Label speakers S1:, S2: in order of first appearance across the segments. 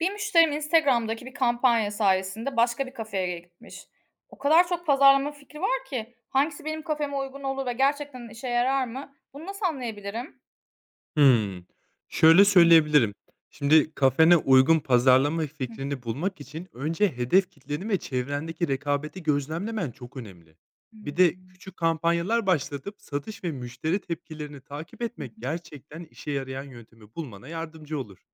S1: Bir müşterim Instagram'daki bir kampanya sayesinde başka bir kafeye gitmiş. O kadar çok pazarlama fikri var ki hangisi benim kafeme uygun olur ve gerçekten işe yarar mı? Bunu nasıl anlayabilirim?
S2: Hımm. Şöyle
S1: Hı hı.
S2: söyleyebilirim. Şimdi kafene uygun pazarlama
S1: Hı.
S2: fikrini bulmak için önce hedef kitleni ve çevrendeki rekabeti gözlemlemen çok önemli. Bir de küçük kampanyalar başlatıp satış ve müşteri tepkilerini takip etmek gerçekten işe yarayan yöntemi bulmana yardımcı olur.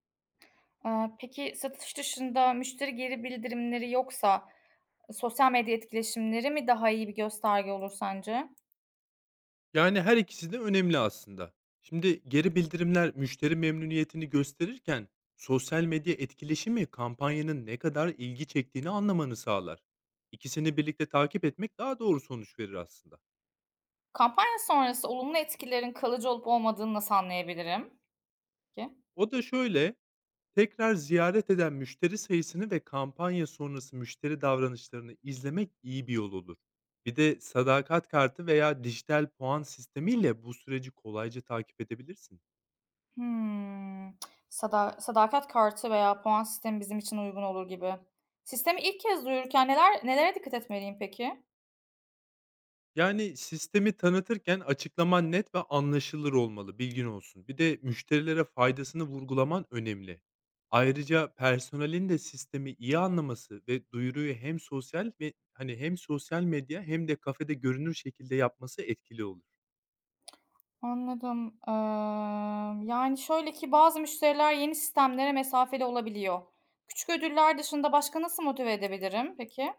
S1: Aa, peki satış dışında müşteri geri bildirimleri yoksa sosyal medya etkileşimleri mi daha iyi bir gösterge olur sence?
S2: Yani, her ikisi de önemli aslında. Şimdi geri bildirimler müşteri memnuniyetini gösterirken sosyal medya etkileşimi kampanyanın ne kadar ilgi çektiğini anlamanı sağlar. İkisini birlikte takip etmek daha doğru sonuç verir aslında.
S1: Kampanya sonrası olumlu etkilerin kalıcı olup olmadığını nasıl anlayabilirim? Ki.
S2: O da şöyle, tekrar ziyaret eden müşteri sayısını ve kampanya sonrası müşteri davranışlarını izlemek iyi bir yol olur. Bir de sadakat kartı veya dijital puan sistemiyle bu süreci kolayca takip edebilirsin.
S1: Hımm. Sadakat kartı veya puan sistemi bizim için uygun olur gibi. Sistemi ilk kez duyururken nelere dikkat etmeliyim peki?
S2: Yani, sistemi tanıtırken açıklaman net ve anlaşılır olmalı, bilgin olsun. Bir de müşterilere faydasını vurgulaman önemli. Ayrıca personelin de sistemi iyi anlaması ve duyuruyu hem sosyal medya hem de kafede görünür şekilde yapması etkili olur.
S1: Anladım. Yani, şöyle ki bazı müşteriler yeni sistemlere mesafeli olabiliyor. Küçük ödüller dışında başka nasıl motive edebilirim peki?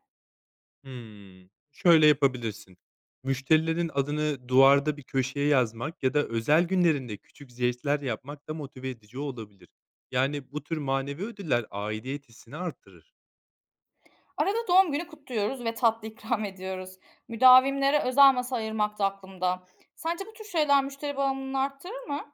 S2: Hımm. Şöyle yapabilirsin. Müşterilerin adını duvarda bir köşeye yazmak ya da özel günlerinde küçük jestler yapmak da motive edici olabilir. Yani, bu tür manevi ödüller aidiyet hissini arttırır.
S1: Arada doğum günü kutluyoruz ve tatlı ikram ediyoruz. Müdavimlere özel masa ayırmak da aklımda. Sence bu tür şeyler müşteri bağımlılığını arttırır mı?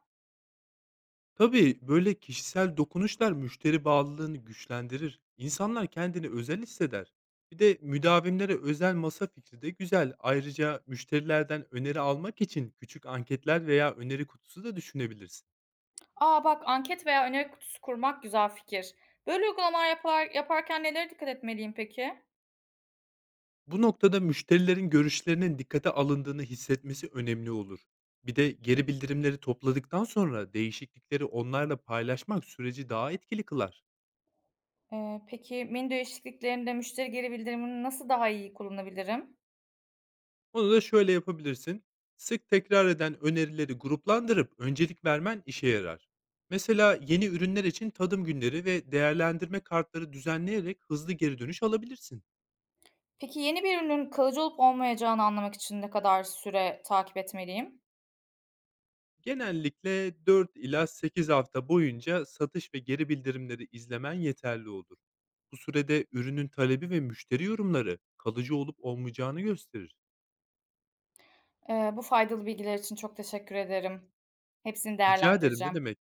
S2: Tabii, böyle kişisel dokunuşlar müşteri bağlılığını güçlendirir. İnsanlar kendini özel hisseder. Bir de müdavimlere özel masa fikri de güzel. Ayrıca müşterilerden öneri almak için küçük anketler veya öneri kutusu da düşünebilirsin.
S1: Aa, bak, anket veya öneri kutusu kurmak güzel fikir. Böyle uygulamalar yaparken nelere dikkat etmeliyim peki?
S2: Bu noktada müşterilerin görüşlerinin dikkate alındığını hissetmesi önemli olur. Bir de geri bildirimleri topladıktan sonra değişiklikleri onlarla paylaşmak süreci daha etkili kılar.
S1: Peki menü değişikliklerinde müşteri geri bildirimini nasıl daha iyi kullanabilirim?
S2: Onu da şöyle yapabilirsin. Sık tekrar eden önerileri gruplandırıp öncelik vermen işe yarar. Mesela yeni ürünler için tadım günleri ve değerlendirme kartları düzenleyerek hızlı geri dönüş alabilirsin.
S1: Peki yeni bir ürünün kalıcı olup olmayacağını anlamak için ne kadar süre takip etmeliyim?
S2: Genellikle 4 ila 8 hafta boyunca satış ve geri bildirimleri izlemen yeterli olur. Bu sürede ürünün talebi ve müşteri yorumları kalıcı olup olmayacağını gösterir.
S1: Bu faydalı bilgiler için çok teşekkür ederim. Hepsini
S2: Rica ederim ne
S1: değerlendireceğim.
S2: demek.